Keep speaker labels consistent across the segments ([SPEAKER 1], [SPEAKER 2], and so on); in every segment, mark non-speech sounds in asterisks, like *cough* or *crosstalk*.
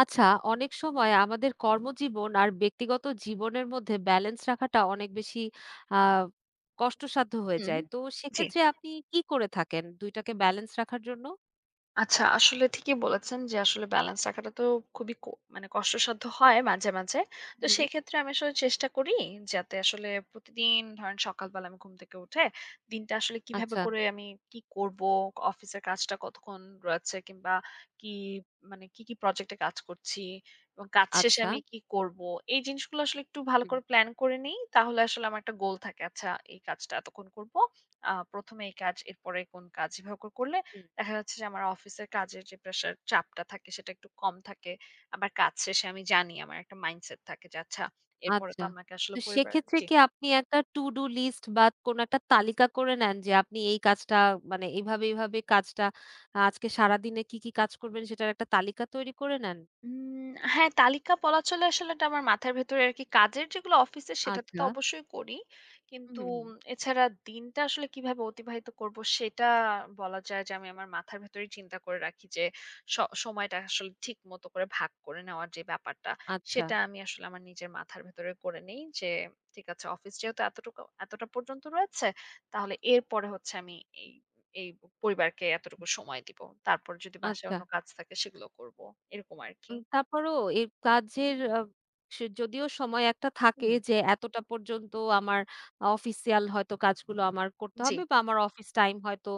[SPEAKER 1] আচ্ছা, অনেক সময় আমাদের কর্মজীবন আর ব্যক্তিগত জীবনের মধ্যে ব্যালেন্স রাখাটা অনেক বেশি আ কষ্টসাধ্য হয়ে
[SPEAKER 2] হুম,
[SPEAKER 1] যায়। তো
[SPEAKER 2] জি।
[SPEAKER 1] সেক্ষেত্রে আপনি কি করে থাকেন ২ টাকে ব্যালেন্স রাখার জন্য?
[SPEAKER 2] আচ্ছা আসলে ঠিকই বলেছেন যে আসলে ব্যালেন্স রাখাটা তো খুবই ক মানে কষ্টসাধ্য হয় মাঝে, মাঝে। তো
[SPEAKER 1] হুম,
[SPEAKER 2] সেক্ষেত্রে আমি আসলে চেষ্টা করি যাতে আসলে প্রতিদিন ধরেন সকালবেলা আমি ঘুম থেকে উঠে দিনটা আসলে কিভাবে
[SPEAKER 1] আচ্ছা,
[SPEAKER 2] করে আমি কি করব, অফিসের কাজটা কতক্ষণ রয়েছে কিংবা কি কি, কি প্রজেক্টে কাজ করছি এবং কাজ শেষে
[SPEAKER 1] আচ্ছা।
[SPEAKER 2] আমি কি করব। এই জিনিসগুলো আসলে একটু ভালো
[SPEAKER 1] হুম,
[SPEAKER 2] করে প্ল্যান করে নিই। তাহলে আসলে আমার একটা গোল থাকে। আচ্ছা, এই কাজটা এতক্ষণ করব। ১ম এ এই কাজ, এরপরে কোন কাজ এভাবে করে করলে
[SPEAKER 1] হুম,
[SPEAKER 2] দেখা যাচ্ছে যে আমার অফিসের কাজের যে প্রেশার চাপটা থাকে সেটা একটু কম থাকে। আবার কাজ শেষে আমি জানি আমার একটা মাইন্ডসেট থাকে যে আচ্ছা এরপরে
[SPEAKER 1] আচ্ছা।
[SPEAKER 2] তো আমাকে আসলে
[SPEAKER 1] তো
[SPEAKER 2] পরিবার
[SPEAKER 1] সেক্ষেত্রে
[SPEAKER 2] জি।
[SPEAKER 1] কি আপনি একটা to do list বা কোনো একটা তালিকা করে নেন যে আপনি এই কাজটা মানে এভাবে কাজটা আজকে সারাদিনে কি, কি কাজ করবেন সেটার একটা তালিকা তৈরি করে নেন?
[SPEAKER 2] হ্যাঁ, তালিকা বলা চলে আসলে এটা আমার মাথার ভেতরে আরকি কাজের যেগুলো অফিসের সেটাতে তো
[SPEAKER 1] আচ্ছা।
[SPEAKER 2] অবশ্যই করি।
[SPEAKER 1] হুম,
[SPEAKER 2] কিন্তু
[SPEAKER 1] হুম, হুম।
[SPEAKER 2] এছাড়া দিনটা আসলে কিভাবে অতিবাহিত করব সেটা বলা যায় যে আমি আমার মাথার ভেতরেই চিন্তা করে রাখি যে স সময়টা আসলে ঠিক মতো করে ভাগ করে নেওয়ার যে ব্যাপারটা
[SPEAKER 1] আচ্ছা,
[SPEAKER 2] সেটা আমি আসলে আমার নিজের মাথার ভেতরে করে নেই যে ঠিক আছে অফিস যেহেতু এতটুকু এতটা পর্যন্ত রয়েছে তাহলে এরপরে হচ্ছে আমি এই এই পরিবারকে এতটুকু সময় দিব। তারপর যদি বাসায়
[SPEAKER 1] আচ্ছা।
[SPEAKER 2] অন্য কাজ থাকে সেগুলো করব। এরকম আরকি।
[SPEAKER 1] তারপরও এর কাজের সে যদিও সময় একটা থাকে
[SPEAKER 2] হুম।
[SPEAKER 1] যে এতটা পর্যন্ত আমার অফিসিয়াল হয়তো কাজগুলো আমার করতে
[SPEAKER 2] জি,
[SPEAKER 1] হবে বা আমার অফিস টাইম হয়তো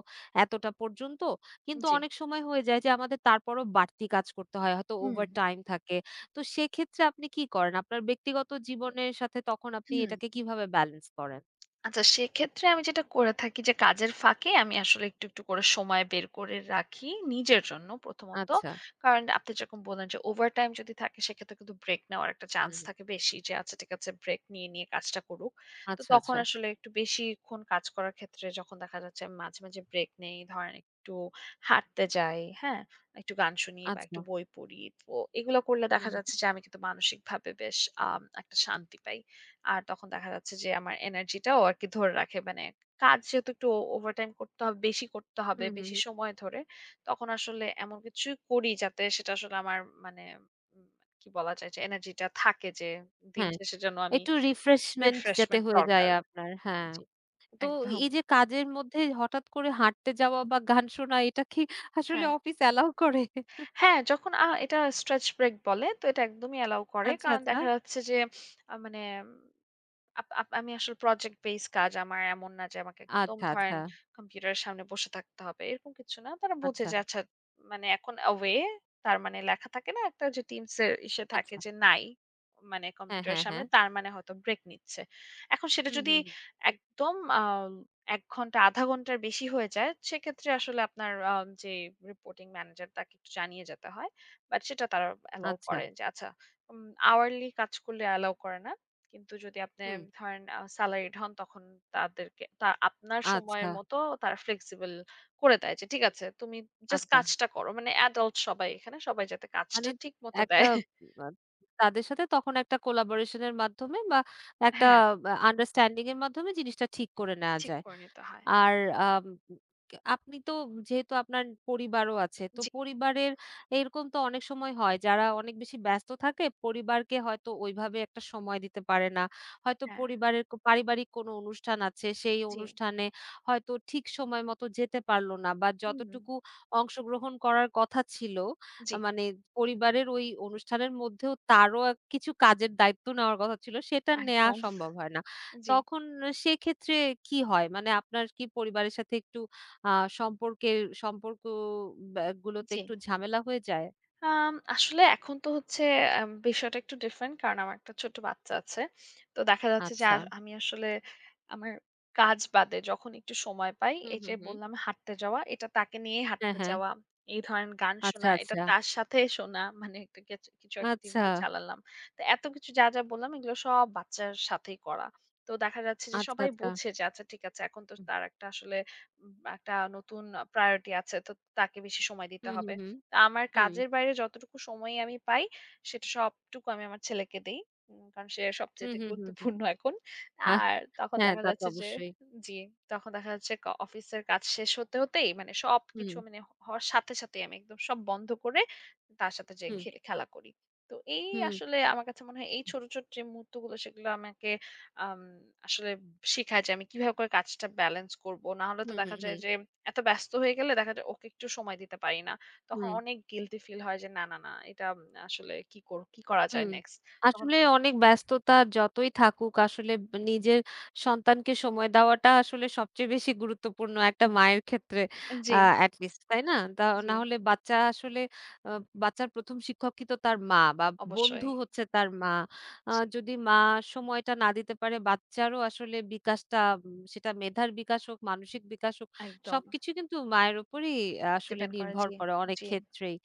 [SPEAKER 1] এতটা পর্যন্ত। কিন্তু
[SPEAKER 2] জি।
[SPEAKER 1] অনেক সময় হয়ে যায় যে আমাদের তারপরও বাড়তি কাজ করতে হয়। হয়তো
[SPEAKER 2] হুম,
[SPEAKER 1] ওভারটাইম থাকে। তো সেক্ষেত্রে আপনি কি করেন? আপনার ব্যক্তিগত জীবনের সাথে তখন আপনি
[SPEAKER 2] হুম।
[SPEAKER 1] এটাকে কিভাবে ব্যালেন্স করেন?
[SPEAKER 2] আচ্ছা, সেক্ষেত্রে আমি যেটা করে থাকি যে কাজের ফাঁকে আমি আসলে একটু, একটু করে সময় বের করে রাখি নিজের জন্য প্রথমত।
[SPEAKER 1] আচ্ছা।
[SPEAKER 2] কারণ আপনি যেরকম বললেন যে ওভারটাইম যদি থাকে সেক্ষেত্রে কিন্তু ব্রেক নেওয়ার একটা
[SPEAKER 1] হুম,
[SPEAKER 2] চান্স
[SPEAKER 1] হুম।
[SPEAKER 2] থাকে বেশি যে আচ্ছা ঠিক আছে ব্রেক নিয়ে, নিয়ে কাজটা করুক। তো
[SPEAKER 1] আচ্ছা,
[SPEAKER 2] তখন
[SPEAKER 1] আচ্ছা।
[SPEAKER 2] আসলে একটু বেশিক্ষণ কাজ করার ক্ষেত্রে যখন দেখা যাচ্ছে আমি মাঝে, মাঝে ব্রেক নেই, ধরেন একটু হাঁটতে যাই, হ্যাঁ? একটু গান শুনি বা
[SPEAKER 1] আচ্ছা।
[SPEAKER 2] একটু বই পড়ি। তো এগুলো করলে
[SPEAKER 1] হুম,
[SPEAKER 2] দেখা
[SPEAKER 1] হুম।
[SPEAKER 2] যাচ্ছে যে আমি কিন্তু মানসিকভাবে বেশ একটা শান্তি পাই। আর তখন দেখা যাচ্ছে যে আমার এনার্জিটাও আরকি ধরে রাখে। মানে কাজ যেহেতু একটু ওভারটাইম করতে হবে, বেশি করতে হবে,
[SPEAKER 1] হুম, হুম,
[SPEAKER 2] বেশি
[SPEAKER 1] হুম।
[SPEAKER 2] সময় ধরে। তখন আসলে এমন কিছু করি যাতে সেটা আসলে আমার মানে উম কি বলা যায় যে এনার্জিটা থাকে যে দিন
[SPEAKER 1] হ্যাঁ।
[SPEAKER 2] শেষে যেন আমি
[SPEAKER 1] একটু রিফ্রেশমেন্ট যাতে
[SPEAKER 2] রিফ্রেশমেন্ট
[SPEAKER 1] হয়ে যায়
[SPEAKER 2] দরকার।
[SPEAKER 1] আপনার। হ্যাঁ।
[SPEAKER 2] জি,
[SPEAKER 1] তো
[SPEAKER 2] একদম।
[SPEAKER 1] এই যে কাজের মধ্যে হঠাৎ করে হাঁটতে যাওয়া বা গান শোনা এটা কি আসলে
[SPEAKER 2] হ্যাঁ।
[SPEAKER 1] অফিস অ্যালাও করে?
[SPEAKER 2] হ্যাঁ, যখন এটা stretch break বলে। তো এটা একদমই allow করে।
[SPEAKER 1] আচ্ছা,
[SPEAKER 2] কারণ
[SPEAKER 1] আচ্ছা।
[SPEAKER 2] দেখা যাচ্ছে যে আ মানে উম, আপ আপ আমি আসলে project based কাজ। আমার এমন না যে আমাকে একদম
[SPEAKER 1] আচ্ছা, আচ্ছা,
[SPEAKER 2] ধরেন হুম। কম্পিউটারের সামনে বসে থাকতে হবে। এরকম কিছু না। তারা বোঝে
[SPEAKER 1] আচ্ছা,
[SPEAKER 2] যে আচ্ছা মানে এখন away তার মানে লেখা থাকে না একটা যে Teams এর ইসে থাকে
[SPEAKER 1] আচ্ছা।
[SPEAKER 2] যে নাই মানে
[SPEAKER 1] হ্যাঁ,
[SPEAKER 2] কম্পিউটারের
[SPEAKER 1] হ্যাঁ,
[SPEAKER 2] হুম, সামনে
[SPEAKER 1] হ্যাঁ।
[SPEAKER 2] হুম। তার মানে হয়তো ব্রেক নিচ্ছে। এখন সেটা
[SPEAKER 1] হুম,
[SPEAKER 2] যদি
[SPEAKER 1] হুম, হুম।
[SPEAKER 2] একদম ১ ঘন্টা, আধা ঘন্টার বেশি হয়ে যায়, সেক্ষেত্রে আসলে আপনার আ যে রিপোর্টিং ম্যানেজার তাকে একটু জানিয়ে যেতে হয়। বাট সেটা তারা অ্যালাও
[SPEAKER 1] আচ্ছা।
[SPEAKER 2] করে যে আচ্ছা উম আওয়ারলি কাজ করলে অ্যালাও করে না। কিন্তু যদি আপনি
[SPEAKER 1] হুম।
[SPEAKER 2] ধরেন স্যালারিড হন তখন তাদেরকে আপনার
[SPEAKER 1] আচ্ছা,
[SPEAKER 2] সময়ের মতো তারা ফ্লেক্সিবল করে দেয় যে ঠিক আছে তুমি জাস্ট
[SPEAKER 1] আচ্ছা।
[SPEAKER 2] কাজটা করো। মানে অ্যাডাল্ট সবাই এখানে সবাই যাতে
[SPEAKER 1] মানে
[SPEAKER 2] কাজটা ঠিক মতো
[SPEAKER 1] একটা
[SPEAKER 2] দেয়।
[SPEAKER 1] আ তাদের সাথে তখন একটা কোলাবোরেশন এর মাধ্যমে বা একটা
[SPEAKER 2] হ্যাঁ,
[SPEAKER 1] আন্ডারস্ট্যান্ডিং এর মাধ্যমে জিনিসটা ঠিক করে নেয়া
[SPEAKER 2] ঠিক
[SPEAKER 1] যায়।
[SPEAKER 2] করে নিতে হয়।
[SPEAKER 1] আর আম আপনি তো যেহেতু আপনার পরিবারও আছে, তো
[SPEAKER 2] জি,
[SPEAKER 1] পরিবারের এরকম তো অনেক সময় হয় যারা অনেক বেশি ব্যস্ত থাকে পরিবারকে হয়তো ওইভাবে একটা সময় দিতে পারে না। হয়তো
[SPEAKER 2] হ্যাঁ,
[SPEAKER 1] পরিবারের পারিবারিক কোনো অনুষ্ঠান আছে সেই
[SPEAKER 2] জি,
[SPEAKER 1] অনুষ্ঠানে হয়তো ঠিক সময় মতো যেতে পারল না বা
[SPEAKER 2] হুম,
[SPEAKER 1] যতটুকু অংশগ্রহণ করার কথা ছিল
[SPEAKER 2] জি,
[SPEAKER 1] মানে পরিবারের ওই অনুষ্ঠানের মধ্যেও তারও কিছু কাজের দায়িত্ব নেওয়ার কথা ছিল সেটা নেয়া
[SPEAKER 2] একদম।
[SPEAKER 1] সম্ভব হয় না।
[SPEAKER 2] জি,
[SPEAKER 1] তখন সেক্ষেত্রে কি হয়? মানে আপনার কি পরিবারের সাথে একটু আ সম্পর্কের সম্পর্ক গুলোতে
[SPEAKER 2] জি।
[SPEAKER 1] একটু ঝামেলা হয়ে যায়?
[SPEAKER 2] আসলে এখন তো হচ্ছে বিষয়টা একটু ডিফারেন্ট। কারণ আমার একটা ছোট বাচ্চা আছে। তো দেখা যাচ্ছে যে
[SPEAKER 1] আচ্ছা।
[SPEAKER 2] আমি আসলে আমার কাজ বাদে যখন একটু সময় পাই,
[SPEAKER 1] হুম,
[SPEAKER 2] এই যে
[SPEAKER 1] হুম, হুম।
[SPEAKER 2] বললাম হাঁটতে যাওয়া, এটা তাকে নিয়ে
[SPEAKER 1] হ্যাঁ,
[SPEAKER 2] হাঁটতে
[SPEAKER 1] হ্যাঁ।
[SPEAKER 2] যাওয়া। এই ধরেন গান
[SPEAKER 1] আচ্ছা,
[SPEAKER 2] শোনা, এটা
[SPEAKER 1] আচ্ছা।
[SPEAKER 2] তার সাথে শোনা। মানে একটা কিছু, কিছু একটা
[SPEAKER 1] আচ্ছা,
[SPEAKER 2] টিভিতে চালালাম। তো এত কিছু যা, যা বললাম এগুলো সব বাচ্চার সাথেই করা। তো দেখা যাচ্ছে যে
[SPEAKER 1] আচ্ছা,
[SPEAKER 2] সবাই
[SPEAKER 1] আচ্ছা।
[SPEAKER 2] বুঝছে যে আচ্ছা ঠিক আছে এখন তো তার একটা আসলে একটা নতুন প্রায়োরিটি আছে। তো তাকে বেশি সময় দিতে
[SPEAKER 1] হুম, হুম,
[SPEAKER 2] হবে।
[SPEAKER 1] হুম,
[SPEAKER 2] আমার
[SPEAKER 1] হুম।
[SPEAKER 2] কাজের বাইরে যতটুকু সময় আমি পাই, সেটা সবটুকু আমি আমার ছেলেকে দেই। কারণ সে
[SPEAKER 1] হুম,
[SPEAKER 2] সবচাইতে
[SPEAKER 1] হুম, হুম, হুম। হুম।
[SPEAKER 2] গুরুত্বপূর্ণ এখন।
[SPEAKER 1] আহ!
[SPEAKER 2] আর তখন
[SPEAKER 1] হ্যাঁ,
[SPEAKER 2] দেখা
[SPEAKER 1] তা তো
[SPEAKER 2] যাচ্ছে যে
[SPEAKER 1] অবশ্যই।
[SPEAKER 2] জি, তখন দেখা যাচ্ছে অফিসের কাজ শেষ হতে, হতেই মানে
[SPEAKER 1] হুম, হুম,
[SPEAKER 2] সবকিছু মানে হওয়ার সাথে, সাথেই আমি একদম সব বন্ধ করে তার সাথে যেয়ে
[SPEAKER 1] হুম,
[SPEAKER 2] খেলা করি। তো এই আসলে আমার কাছে মনে হয় এই ছোট, ছোট যে মুহূর্তগুলো সেগুলো আমাকে আম আসলে শিখায় যে আমি কিভাবে করে কাজটা ব্যালেন্স করব। না হলে
[SPEAKER 1] হুম,
[SPEAKER 2] তো দেখা
[SPEAKER 1] হুম,
[SPEAKER 2] যায়
[SPEAKER 1] হুম,
[SPEAKER 2] যে এত ব্যস্ত হয়ে গেলে দেখা যায় ওকে একটু সময় দিতে পারি না। তখন
[SPEAKER 1] হুম।
[SPEAKER 2] অনেক গিল্টি ফিল হয় যে না, না, না এটা আসলে কি করা যায়
[SPEAKER 1] হুম,
[SPEAKER 2] নেক্সট? তখন
[SPEAKER 1] আসলে অনেক ব্যস্ততা যতই থাকুক আসলে নিজের সন্তানকে সময় দেওয়াটা আসলে সবচেয়ে বেশি গুরুত্বপূর্ণ একটা মায়ের ক্ষেত্রে
[SPEAKER 2] জি,
[SPEAKER 1] আ এট লিস্ট, তাই না? তা
[SPEAKER 2] জি,
[SPEAKER 1] না হলে বাচ্চা আসলে আ বাচ্চার ১ম শিক্ষকই তো তার মা বা বন্ধু
[SPEAKER 2] অবশ্যই।
[SPEAKER 1] হচ্ছে তার মা।
[SPEAKER 2] জি,
[SPEAKER 1] যদি মা সময়টা না দিতে পারে বাচ্চারও আসলে বিকাশটা সেটা মেধার বিকাশ হোক, মানসিক বিকাশ হোক
[SPEAKER 2] একদম
[SPEAKER 1] সবকিছু কিন্তু মায়ের উপরেই আসলে
[SPEAKER 2] ডিপেন্ড করে।
[SPEAKER 1] নির্ভর
[SPEAKER 2] জি,
[SPEAKER 1] করে অনেক
[SPEAKER 2] জি।
[SPEAKER 1] ক্ষেত্রেই।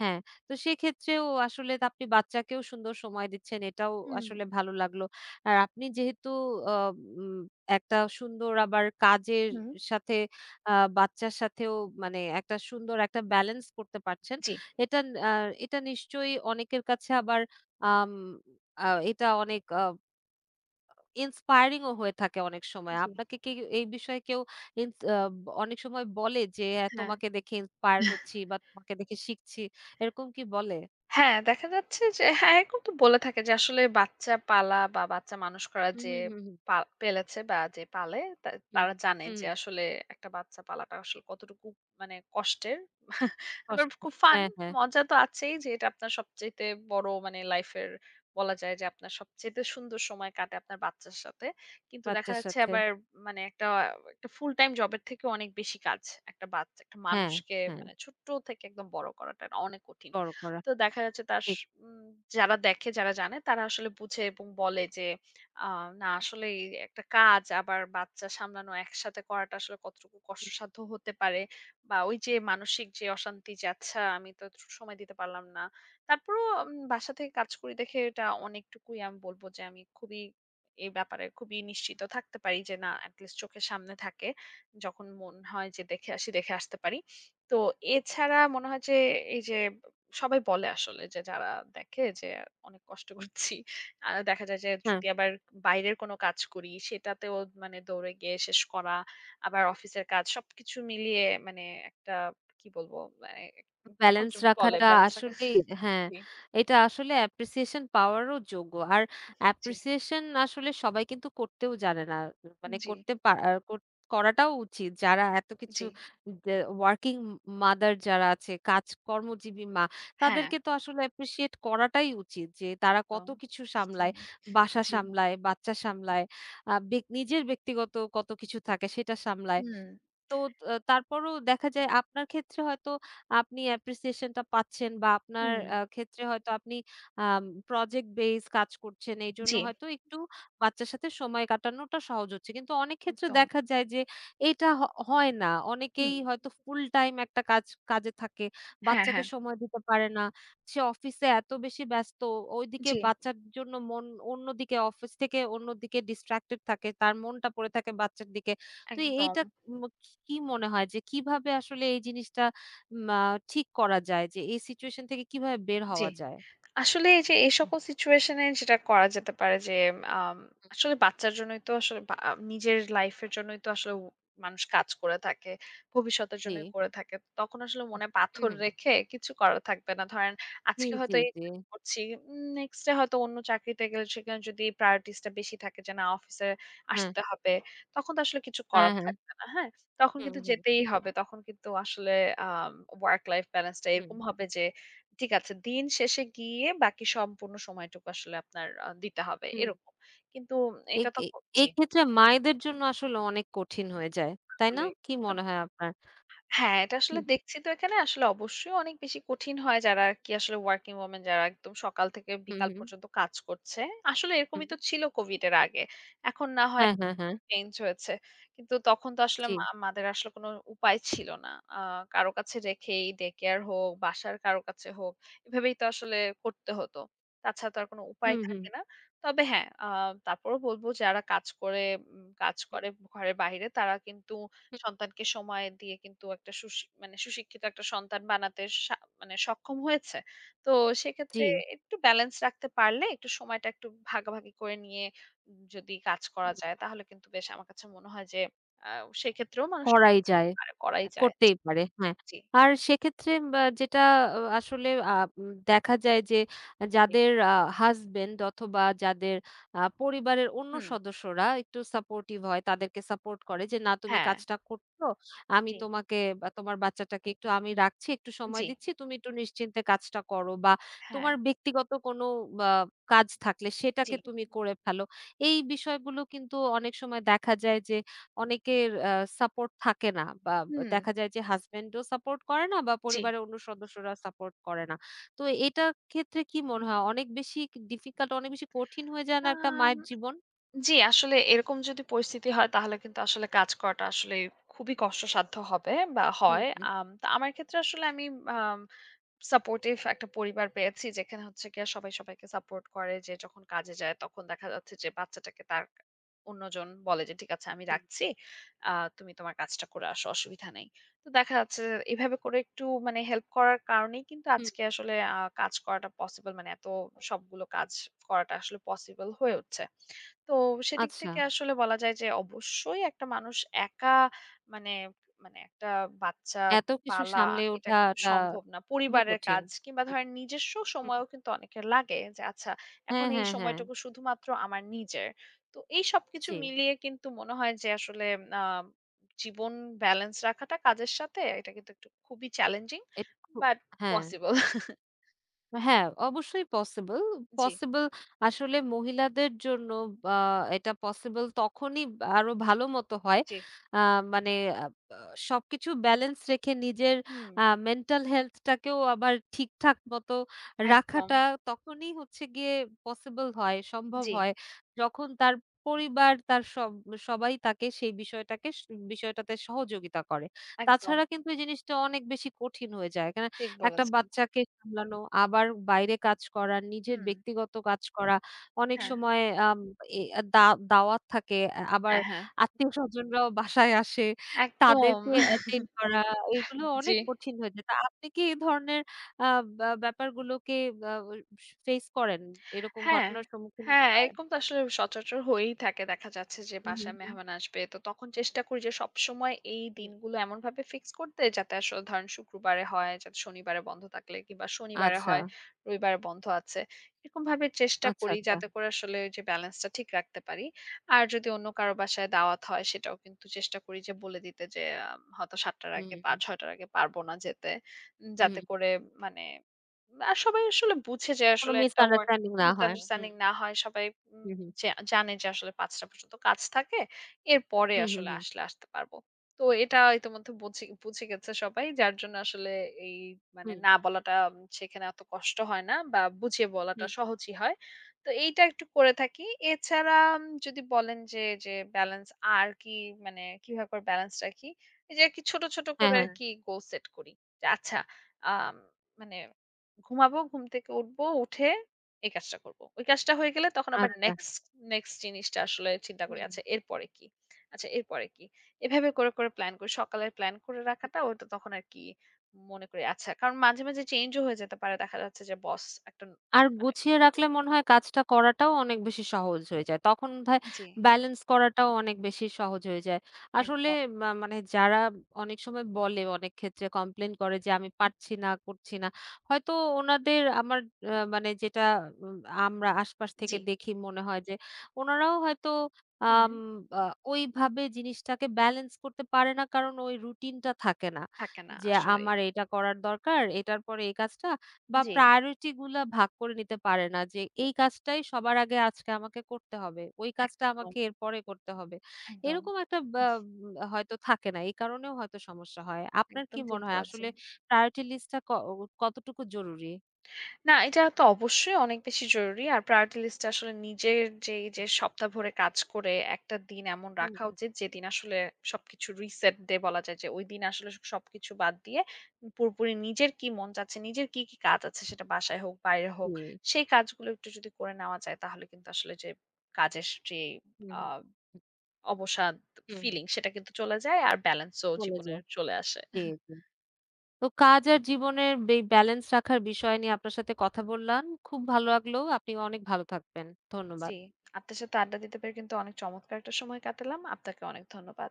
[SPEAKER 1] হ্যাঁ। তো সেক্ষেত্রেও আসলে আপনি বাচ্চাকেও সুন্দর সময় দিচ্ছেন এটাও
[SPEAKER 2] হুম,
[SPEAKER 1] আসলে ভালো লাগলো। আর আপনি যেহেতু আ উম একটা সুন্দর আবার কাজের
[SPEAKER 2] হুম।
[SPEAKER 1] সাথে আ বাচ্চার সাথেও মানে একটা সুন্দর একটা ব্যালেন্স করতে পারছেন।
[SPEAKER 2] জি,
[SPEAKER 1] এটা আ এটা নিশ্চয়ই অনেকের কাছে আবার আম আ এটা অনেক ইন্সপায়ারিং ও হয়ে থাকে অনেক সময়।
[SPEAKER 2] জি,
[SPEAKER 1] আপনাকে কি এই বিষয়ে কেউ ইন্স আ অনেক সময় বলে যে, হ্যাঁ,
[SPEAKER 2] হ্যাঁ।
[SPEAKER 1] "তোমাকে দেখে ইন্সপায়ার হচ্ছি" বা "তোমাকে দেখে শিখছি" এরকম কি বলে?
[SPEAKER 2] হ্যাঁ, দেখা যাচ্ছে যে হ্যাঁ, এরকম তো বলে থাকে যে আসলে বাচ্চা পালা বা বাচ্চা মানুষ করা
[SPEAKER 1] হুম,
[SPEAKER 2] যে
[SPEAKER 1] হুম, হুম, হুম,
[SPEAKER 2] পা পেলেছে বা যে পালে তা
[SPEAKER 1] হুম,
[SPEAKER 2] তারা জানে
[SPEAKER 1] হুম,
[SPEAKER 2] যে আসলে একটা বাচ্চা পালাটা আসলে কতটুকু মানে কষ্টের। আবার
[SPEAKER 1] কষ্ট।
[SPEAKER 2] খুব ফান,
[SPEAKER 1] হ্যাঁ, হ্যাঁ,
[SPEAKER 2] মজা তো আছেই যে এটা আপনার সবচাইতে বড় মানে লাইফের বলা যায় যে আপনার সবচাইতে সুন্দর সময় কাটে আপনার বাচ্চার সাথে। কিন্তু দেখা
[SPEAKER 1] বাচ্চার
[SPEAKER 2] যাচ্ছে
[SPEAKER 1] সাথে।
[SPEAKER 2] আবার মানে একটা একটা ফুল টাইম জবের থেকেও অনেক বেশি কাজ। একটা বাচ্চা একটা
[SPEAKER 1] হ্যাঁ,
[SPEAKER 2] মানুষকে
[SPEAKER 1] হ্যাঁ,
[SPEAKER 2] মানে ছোট্ট থেকে একদম বড় করাটা অনেক কঠিন।
[SPEAKER 1] বড় করা
[SPEAKER 2] তো দেখা যাচ্ছে তার স
[SPEAKER 1] ঠিক।
[SPEAKER 2] উম যারা দেখে, যারা জানে তারা আসলে বুঝে এবং বলে যে, আ না আসলেই একটা কাজ আবার বাচ্চা সামলানো একসাথে করাটা আসলে কতটুকু কষ্টসাধ্য হতে পারে। বা ওই যে মানসিক যে অশান্তি যে আচ্ছা আমি তো একটু সময় দিতে পারলাম না। তারপরেও বাসা থেকে কাজ করি দেখে এটা অনেকটুকুই আমি বলব যে আমি খুবই এই ব্যাপারে খুবই নিশ্চিত থাকতে পারি যে না এটলিস্ট চোখের সামনে থাকে। যখন মন হয় যে দেখে আসি, দেখে আসতে পারি। তো এছাড়া মনে হয় যে এই যে সবাই বলে আসলে যে যারা দেখে যে অনেক কষ্ট *laughs* করছি। দেখা যায় যে
[SPEAKER 1] হ্যাঁ।
[SPEAKER 2] যদি আবার বাইরের কোনো কাজ করি সেটাতেও মানে দৌড়ে গিয়ে শেষ করা। আবার অফিসের কাজ সবকিছু মিলিয়ে মানে একটা কি বলবো মানে তখন
[SPEAKER 1] ব্যালেন্স
[SPEAKER 2] বলে
[SPEAKER 1] রাখাটা
[SPEAKER 2] ব্যালেন্স রাখা
[SPEAKER 1] আসলেই
[SPEAKER 2] *laughs*
[SPEAKER 1] হ্যাঁ,
[SPEAKER 2] জি,
[SPEAKER 1] এটা আসলে অ্যাপ্রিসিয়েশন পাওয়ারও যোগ্য। আর
[SPEAKER 2] জি,
[SPEAKER 1] অ্যাপ্রিসিয়েশন আসলে সবাই কিন্তু করতেও জানে না। মানে
[SPEAKER 2] জি,
[SPEAKER 1] করতে পা আ কর করাটাও উচিত। যারা এত কিছু
[SPEAKER 2] জি।
[SPEAKER 1] যে ওয়ার্কিং মাদার যারা আছে, কাজ কর্মজীবী মা,
[SPEAKER 2] হ্যাঁ,
[SPEAKER 1] তাদেরকে তো আসলে অ্যাপ্রিশিয়েট করাটাই উচিত যে তারা কত
[SPEAKER 2] একদম।
[SPEAKER 1] কিছু
[SPEAKER 2] *laughs*
[SPEAKER 1] সামলায়।
[SPEAKER 2] হুম,
[SPEAKER 1] বাসা
[SPEAKER 2] জি।
[SPEAKER 1] সামলায়, বাচ্চা সামলায়, আ ব্যা নিজের ব্যক্তিগত কত কিছু থাকে সেটা সামলায়।
[SPEAKER 2] হুম,
[SPEAKER 1] তো তারপরও দেখা যায় আপনার ক্ষেত্রে হয়তো আপনি appreciation টা পাচ্ছেন বা আপনার
[SPEAKER 2] হুম।
[SPEAKER 1] ক্ষেত্রে হয়তো আপনি আম project based কাজ করছেন। এইজন্য
[SPEAKER 2] জি,
[SPEAKER 1] হয়তো একটু বাচ্চার সাথে সময় কাটানোটা সহজ হচ্ছে। কিন্তু অনেক ক্ষেত্রে
[SPEAKER 2] একদম।
[SPEAKER 1] দেখা যায় যে এটা হ হয় না।
[SPEAKER 2] হুম।
[SPEAKER 1] অনেকেই হয়তো ফুল টাইম একটা কাজে থাকে।
[SPEAKER 2] হ্যাঁ,
[SPEAKER 1] বাচ্চাকে
[SPEAKER 2] হ্যাঁ।
[SPEAKER 1] সময় দিতে পারে না। সে অফিসে এত বেশি ব্যস্ত, ওইদিকে
[SPEAKER 2] জি,
[SPEAKER 1] বাচ্চার জন্য মন অন্যদিকে অফিস থেকে অন্যদিকে distracted থাকে। তার মনটা পড়ে থাকে বাচ্চার দিকে। তো
[SPEAKER 2] একদম।
[SPEAKER 1] এইটা উম কি মনে হয় যে কিভাবে আসলে এই জিনিসটা উম আ ঠিক করা যায়? যে এই সিচুয়েশন থেকে কিভাবে বের
[SPEAKER 2] জি।
[SPEAKER 1] হওয়া যায়?
[SPEAKER 2] আসলে এই যে এই
[SPEAKER 1] হুম,
[SPEAKER 2] সকল সিচুয়েশন এ যেটা করা যেতে পারে যে আম আসলে বাচ্চার জন্যই তো আসলে বা নিজের লাইফ এর জন্যই তো আসলে মানুষ কাজ করে থাকে। ভবিষ্যতের
[SPEAKER 1] জি।
[SPEAKER 2] জন্যই করে থাকে। তখন আসলে মনে
[SPEAKER 1] হুম,
[SPEAKER 2] পাথর
[SPEAKER 1] হুম।
[SPEAKER 2] রেখে কিছু করা থাকবে না। ধরেন
[SPEAKER 1] জি,
[SPEAKER 2] আজকে
[SPEAKER 1] জি,
[SPEAKER 2] হয়তো এই
[SPEAKER 1] জি।
[SPEAKER 2] চাকরি করছি। নেক্সট ডে হয়তো অন্য চাকরিতে গেলে সেখানে যদি প্রায়োরিটিস টা বেশি থাকে যে না অফিসে
[SPEAKER 1] হ্যাঁ।
[SPEAKER 2] আসতে হবে, তখন তো আসলে কিছু
[SPEAKER 1] হ্যাঁ,
[SPEAKER 2] করার
[SPEAKER 1] হ্যাঁ।
[SPEAKER 2] থাকবে না। হ্যাঁ? তখন
[SPEAKER 1] হুম,
[SPEAKER 2] কিন্তু
[SPEAKER 1] হুম, হুম,
[SPEAKER 2] যেতেই হবে। তখন কিন্তু আসলে আম ওয়ার্ক লাইফ ব্যালেন্স টা
[SPEAKER 1] হুম,
[SPEAKER 2] এরকম হবে যে ঠিক আছে। দিন শেষে গিয়ে বাকি সম্পূর্ণ সময়টুকু আসলে আপনার দিতে হবে
[SPEAKER 1] হুম।
[SPEAKER 2] এরকম। কিন্তু
[SPEAKER 1] এ
[SPEAKER 2] এটা তো
[SPEAKER 1] এ
[SPEAKER 2] জি,
[SPEAKER 1] এই ক্ষেত্রে মায়েদের জন্য আসলে অনেক কঠিন হয়ে যায়। তাই না?
[SPEAKER 2] আসলে
[SPEAKER 1] কি
[SPEAKER 2] এটা
[SPEAKER 1] মনে হয় আপনার?
[SPEAKER 2] হ্যাঁ, এটা আসলে
[SPEAKER 1] হুম।
[SPEAKER 2] দেখছি তো এখানে আসলে অবশ্যই অনেক বেশি কঠিন হয় যারা আরকি আসলে ওয়ার্কিং ওমেন যারা একদম সকাল থেকে
[SPEAKER 1] হুম,
[SPEAKER 2] বিকাল
[SPEAKER 1] হুম,
[SPEAKER 2] পর্যন্ত কাজ করছে। আসলে
[SPEAKER 1] হুম।
[SPEAKER 2] এরকমই তো ছিল কোভিড এর আগে। এখন না হয়
[SPEAKER 1] হ্যাঁ, হ্যাঁ, হ্যাঁ।
[SPEAKER 2] চেঞ্জ হয়েছে। কিন্তু তখন তো আসলে
[SPEAKER 1] জি।
[SPEAKER 2] মাদের আসলে কোনো উপায় ছিল না। আ কারো কাছে রেখেই ডে কেয়ার হোক, বাসার কারো কাছে হোক, এভাবেই তো আসলে করতে হতো। তাছাড়া তো আর কোনো উপায়
[SPEAKER 1] হুম, হুম,
[SPEAKER 2] থাকে না। তবে হ্যাঁ, তারপরেও বলব যারা কাজ করে উম কাজ
[SPEAKER 1] হুম,
[SPEAKER 2] করে ঘরের বাইরে তারা কিন্তু
[SPEAKER 1] হুম।
[SPEAKER 2] সন্তানকে সময় দিয়ে কিন্তু একটা সুশিক্ষিত একটা সন্তান বানাতে সা মানে সক্ষম হয়েছে। তো সেক্ষেত্রে
[SPEAKER 1] জি।
[SPEAKER 2] একটু ব্যালেন্স রাখতে পারলে একটু সময়টা একটু ভাগাভাগি করে নিয়ে যদি কাজ করা
[SPEAKER 1] হুম।
[SPEAKER 2] যায় তাহলে কিন্তু বেশ আমার কাছে মনে হয় যে আ সেক্ষেত্রেও মানুষ
[SPEAKER 1] করাই যায়।
[SPEAKER 2] আরে করাই যায়।
[SPEAKER 1] করতেই পারে, হ্যাঁ।
[SPEAKER 2] জি,
[SPEAKER 1] আর সেক্ষেত্রে বা যেটা আসলে আ উম দেখা যায় যে
[SPEAKER 2] জি।
[SPEAKER 1] যাদের হাসব্যান্ড অথবা যাদের পরিবারের অন্য
[SPEAKER 2] হুম,
[SPEAKER 1] সদস্যরা একটু সাপোর্টিভ হয়, তাদেরকে সাপোর্ট করে যে, "না তুমি
[SPEAKER 2] হ্যাঁ,
[SPEAKER 1] কাজটা করছো, আমি
[SPEAKER 2] জি,
[SPEAKER 1] তোমাকে বা তোমার বাচ্চাটাকে একটু আমি রাখছি, একটু সময়
[SPEAKER 2] জি,
[SPEAKER 1] দিচ্ছি, তুমি একটু নিশ্চিন্তে কাজটা করো" বা
[SPEAKER 2] হ্যাঁ,
[SPEAKER 1] তোমার ব্যক্তিগত কোনো বা কাজ থাকলে
[SPEAKER 2] জি,
[SPEAKER 1] সেটাকে তুমি করে ফেলো। এই বিষয়গুলো কিন্তু অনেক সময় দেখা যায় যে অনেকের সাপোর্ট থাকে না বা
[SPEAKER 2] হুম,
[SPEAKER 1] দেখা যায় যে হাসব্যান্ডও সাপোর্ট করে না বা
[SPEAKER 2] জি।
[SPEAKER 1] পরিবারের অন্য সদস্যরা সাপোর্ট করে না। তো এটার ক্ষেত্রে কি মনে
[SPEAKER 2] হুম।
[SPEAKER 1] হয় অনেক বেশি ডিফিকাল্ট অনেক বেশি কঠিন হয়ে যায় না একটা
[SPEAKER 2] আম
[SPEAKER 1] মায়ের জীবন?
[SPEAKER 2] জি, আসলে এরকম যদি পরিস্থিতি হয় তাহলে কিন্তু আসলে কাজ করাটা আসলে খুবই কষ্টসাধ্য হবে বা
[SPEAKER 1] হুম,
[SPEAKER 2] হয়।
[SPEAKER 1] হুম,
[SPEAKER 2] তো আমার ক্ষেত্রে আসলে আমি আম সাপোর্টিভ একটা পরিবার পেয়েছি যেখানে হচ্ছে গিয়ে সবাই সবাইকে সাপোর্ট করে যে যখন কাজে যায় তখন দেখা যাচ্ছে যে বাচ্চাটাকে তার অন্যজন বলে যে ঠিক আছে আমি
[SPEAKER 1] হুম,
[SPEAKER 2] রাখছি আহ, তুমি তোমার কাজটা করে আসো অসুবিধা নেই তো দেখা যাচ্ছে যে এভাবে করে একটু মানে হেল্প করার কারণেই কিন্তু
[SPEAKER 1] হুম।
[SPEAKER 2] আজকে আসলে আহ, কাজ করাটা পসিবল মানে এত সবগুলো কাজ করাটা আসলে পসিবল হয়ে উঠছে তো সেদিক
[SPEAKER 1] আচ্ছা।
[SPEAKER 2] থেকে আসলে বলা যায় যে অবশ্যই একটা মানুষ একা মানে মানে একটা বাচ্চা
[SPEAKER 1] এত কিছু
[SPEAKER 2] পালা
[SPEAKER 1] সামলে
[SPEAKER 2] এটা কিন্তু
[SPEAKER 1] ওঠাটা
[SPEAKER 2] সম্ভব না।
[SPEAKER 1] খুবই
[SPEAKER 2] পরিবারের
[SPEAKER 1] কঠিন।
[SPEAKER 2] কাজ কিংবা
[SPEAKER 1] হুম,
[SPEAKER 2] ধরেন নিজস্ব
[SPEAKER 1] হুম।
[SPEAKER 2] সময়ও কিন্তু অনেকের লাগে যে আচ্ছা এখন
[SPEAKER 1] হ্যাঁ,
[SPEAKER 2] এই
[SPEAKER 1] হ্যাঁ, হ্যাঁ।
[SPEAKER 2] সময়টুকু শুধুমাত্র আমার নিজের। তো এই সবকিছু
[SPEAKER 1] জি।
[SPEAKER 2] মিলিয়ে কিন্তু মনে হয় যে আসলে আ জীবন ব্যালেন্স রাখাটা কাজের সাথে এটা কিন্তু একটু খুবই চ্যালেঞ্জিং
[SPEAKER 1] এটা খু
[SPEAKER 2] বাট
[SPEAKER 1] হ্যাঁ।
[SPEAKER 2] পসিবল। *laughs*
[SPEAKER 1] হ্যাঁ, অবশ্যই পসিবল।
[SPEAKER 2] জি,
[SPEAKER 1] পসিবল আসলে মহিলাদের জন্য আ এটা পসিবল তখনই আরো ভালো মতো হয়।
[SPEAKER 2] জি।
[SPEAKER 1] আ মানে আ আ সবকিছু ব্যালেন্স রেখে নিজের
[SPEAKER 2] হুম,
[SPEAKER 1] আ মেন্টাল হেলথ টাকেও আবার ঠিকঠাক মতো
[SPEAKER 2] একদম।
[SPEAKER 1] রাখাটা তখনই হচ্ছে গিয়ে পসিবল হয়, সম্ভব
[SPEAKER 2] জি,
[SPEAKER 1] হয়। যখন তার পরিবার, তার সবাই তাকে সেই বিষয়টাকে বিষয়টাতে সহযোগিতা করে।
[SPEAKER 2] একদম।
[SPEAKER 1] তাছাড়া কিন্তু এই জিনিসটা অনেক বেশি কঠিন হয়ে যায়।
[SPEAKER 2] ঠিক
[SPEAKER 1] একটা
[SPEAKER 2] বলেছেন।
[SPEAKER 1] বাচ্চাকে সামলানো, আবার বাইরে কাজ করা, নিজের
[SPEAKER 2] হুম,
[SPEAKER 1] ব্যক্তিগত কাজ করা। অনেক
[SPEAKER 2] হ্যাঁ,
[SPEAKER 1] সময় এ দা দাওয়াত থাকে। আবার
[SPEAKER 2] হ্যাঁ, হ্যাঁ।
[SPEAKER 1] আত্মীয়স্বজনরাও বাসায় আসে।
[SPEAKER 2] একদম।
[SPEAKER 1] তাদেরকে
[SPEAKER 2] *laughs*
[SPEAKER 1] অ্যাটেন্ড করা, এগুলো
[SPEAKER 2] জি।
[SPEAKER 1] অনেক কঠিন হয়ে যায়। তা আপনি কি এই ধরনের আ ব্যা ব্যাপারগুলোকে আ ফেস করেন? এরকম
[SPEAKER 2] হ্যাঁ,
[SPEAKER 1] ঘটনার সম্মুখীন হতে
[SPEAKER 2] হ্যাঁ,
[SPEAKER 1] হয়?
[SPEAKER 2] এরকম তো আসলে সচরাচর হয়েই থাকে। দেখা যাচ্ছে যে
[SPEAKER 1] হুম, হুম,
[SPEAKER 2] বাসায়
[SPEAKER 1] হুম,
[SPEAKER 2] মেহমান আসবে। তো তখন চেষ্টা করি যে সবসময় এই
[SPEAKER 1] হুম।
[SPEAKER 2] দিনগুলো এমনভাবে ফিক্স করতে যাতে আসলে ধরেন শুক্রবারে হয়, যাতে শনিবারে বন্ধ থাকলে কিংবা শনিবারে
[SPEAKER 1] আচ্ছা,
[SPEAKER 2] হয়, রবিবারে বন্ধ আছে। এরকমভাবে চেষ্টা
[SPEAKER 1] আচ্ছা,
[SPEAKER 2] করি
[SPEAKER 1] আচ্ছা।
[SPEAKER 2] যাতে করে আসলে ওই যে ব্যালেন্সটা ঠিক রাখতে পারি। আর যদি অন্য কারো বাসায় দাওয়াত হয় সেটাও কিন্তু চেষ্টা করি যে বলে দিতে যে হয়তো ৭ টার
[SPEAKER 1] হুম,
[SPEAKER 2] আগে বা
[SPEAKER 1] হুম,
[SPEAKER 2] ৬ টার আগে পারব না যেতে।
[SPEAKER 1] হুম,
[SPEAKER 2] যাতে
[SPEAKER 1] হুম।
[SPEAKER 2] করে মানে আর সবাই আসলে বুঝে যে
[SPEAKER 1] কোনো
[SPEAKER 2] আসলে একটা ওয়ার্ক
[SPEAKER 1] মিসআন্ডারস্ট্যান্ডিং
[SPEAKER 2] হুম।
[SPEAKER 1] না হয়। হুম,
[SPEAKER 2] মিসআন্ডারস্ট্যান্ডিং না হয় সবাই উম
[SPEAKER 1] হুম, হুম,
[SPEAKER 2] জা জানে যে আসলে ৫ টা পর্যন্ত কাজ থাকে। এরপরে হুম।
[SPEAKER 1] হুম, হুম,
[SPEAKER 2] আসলে
[SPEAKER 1] হুম,
[SPEAKER 2] আসলে আসতে পারবো। তো এটা
[SPEAKER 1] হুম,
[SPEAKER 2] ইতিমধ্যে বুঝে বুঝে গেছে সবাই। যার জন্য আসলে এই মানে
[SPEAKER 1] হুম,
[SPEAKER 2] না বলাটা সেখানে অত কষ্ট হয় না বা বুঝিয়ে বলাটা
[SPEAKER 1] হুম।
[SPEAKER 2] সহজই হয়। তো এইটা একটু করে থাকি। এছাড়া যদি বলেন যে, যে ব্যালেন্স আর কি মানে কিভাবে করে ব্যালেন্স রাখি? এই যে আরকি ছোট, ছোট
[SPEAKER 1] হ্যাঁ,
[SPEAKER 2] করে হ্যাঁ।
[SPEAKER 1] হ্যাঁ।
[SPEAKER 2] আরকি গোল সেট করি। যে আচ্ছা আম মানে ঘুমাবো, ঘুম থেকে উঠবো, উঠে এই কাজটা করব। ওই কাজটা হয়ে গেলে তখন আবার
[SPEAKER 1] আচ্ছা।
[SPEAKER 2] নেক্সট, নেক্সট জিনিসটা আসলে চিন্তা
[SPEAKER 1] হুম,
[SPEAKER 2] করি।
[SPEAKER 1] হুম।
[SPEAKER 2] আচ্ছা এরপরে কি? আচ্ছা এরপরে কি? এভাবে করে, করে প্লান করি। সকালের প্ল্যান করে রাখাটা ওটা তখন আর কি মনে করি আচ্ছা। কারণ মাঝে, মাঝে চেঞ্জও হয়ে যেতে পারে। দেখা যাচ্ছে যে একটা
[SPEAKER 1] আর
[SPEAKER 2] মানে
[SPEAKER 1] গুছিয়ে
[SPEAKER 2] জি,
[SPEAKER 1] রাখলে মনে হয় কাজটা করাটাও অনেক বেশি সহজ হয়ে যায়। তখন বোধহয়
[SPEAKER 2] জি,
[SPEAKER 1] ব্যালেন্স করাটাও অনেক বেশি সহজ হয়ে যায়। আসলে
[SPEAKER 2] একদম।
[SPEAKER 1] মানে যারা অনেক সময় বলে অনেক ক্ষেত্রে কমপ্লেইন করে যে, "আমি পারছি না, করছি না।" হয়তো ওনাদের আমার মানে যেটা উম আমরা আশপাশ থেকে
[SPEAKER 2] জি,
[SPEAKER 1] দেখি মনে হয় যে, ওনারাও হয়তো
[SPEAKER 2] হুম,
[SPEAKER 1] আম আ ওইভাবে জিনিসটাকে ব্যালেন্স করতে পারে না কারণ ওই রুটিনটা থাকে না।
[SPEAKER 2] থাকে না
[SPEAKER 1] যে
[SPEAKER 2] আসলেই।
[SPEAKER 1] আমার এটা করার দরকার, এটার পরে এই কাজটা। বা
[SPEAKER 2] জি,
[SPEAKER 1] প্রায়োরিটি গুলা ভাগ করে নিতে পারে না যে
[SPEAKER 2] জি,
[SPEAKER 1] এই কাজটাই সবার আগে আজকে আমাকে করতে হবে। ওই কাজটা
[SPEAKER 2] একদম,
[SPEAKER 1] আমাকে এরপরে করতে হবে।
[SPEAKER 2] একদম।
[SPEAKER 1] এরকম একটা বা হয়তো থাকে না। এই কারণেও হয়তো সমস্যা হয়। আপনার কি
[SPEAKER 2] একদম ঠিক
[SPEAKER 1] মনে হয় আসলে
[SPEAKER 2] বলেছেন।
[SPEAKER 1] প্রায়োরিটি লিস্টটা ক কতটুকু জরুরি?
[SPEAKER 2] না, এটা তো অবশ্যই অনেক বেশি জরুরি। আর প্রায়োরিটি লিস্টে আসলে নিজের যেই যে সপ্তাহ ভরে কাজ করে একটা দিন এমন
[SPEAKER 1] হুম,
[SPEAKER 2] রাখা
[SPEAKER 1] হুম।
[SPEAKER 2] উচিত যেদিন আসলে সবকিছু reset day বলা যায় যে ওইদিন আসলে সবকিছু বাদ দিয়ে পুরোপুরি নিজের কি মন চাচ্ছে, নিজের কি, কি কাজ আছে সেটা বাসায় হোক, বাইরে হোক,
[SPEAKER 1] জি,
[SPEAKER 2] সেই কাজগুলো একটু যদি করে নেওয়া যায় তাহলে কিন্তু আসলে যে কাজের যে
[SPEAKER 1] হুম,
[SPEAKER 2] আ
[SPEAKER 1] হুম।
[SPEAKER 2] অবসাদ
[SPEAKER 1] হুম, হুম।
[SPEAKER 2] ফিলিং সেটা কিন্তু চলে যায় আর ব্যালেন্সও
[SPEAKER 1] চলে
[SPEAKER 2] জীবনে
[SPEAKER 1] যায়।
[SPEAKER 2] চলে আসে।
[SPEAKER 1] জি, জি। তো কাজ আর জীবনের ব্যালেন্স রাখার বিষয় নিয়ে আপনার সাথে কথা বললাম। খুব ভালো লাগলো। আপনি অনেক ভালো থাকবেন।
[SPEAKER 2] জি,
[SPEAKER 1] ধন্যবাদ।
[SPEAKER 2] আপনার সাথে আড্ডা দিতে পেরে কিন্তু অনেক চমৎকার একটা সময় কাটালাম। আপনাকে অনেক ধন্যবাদ।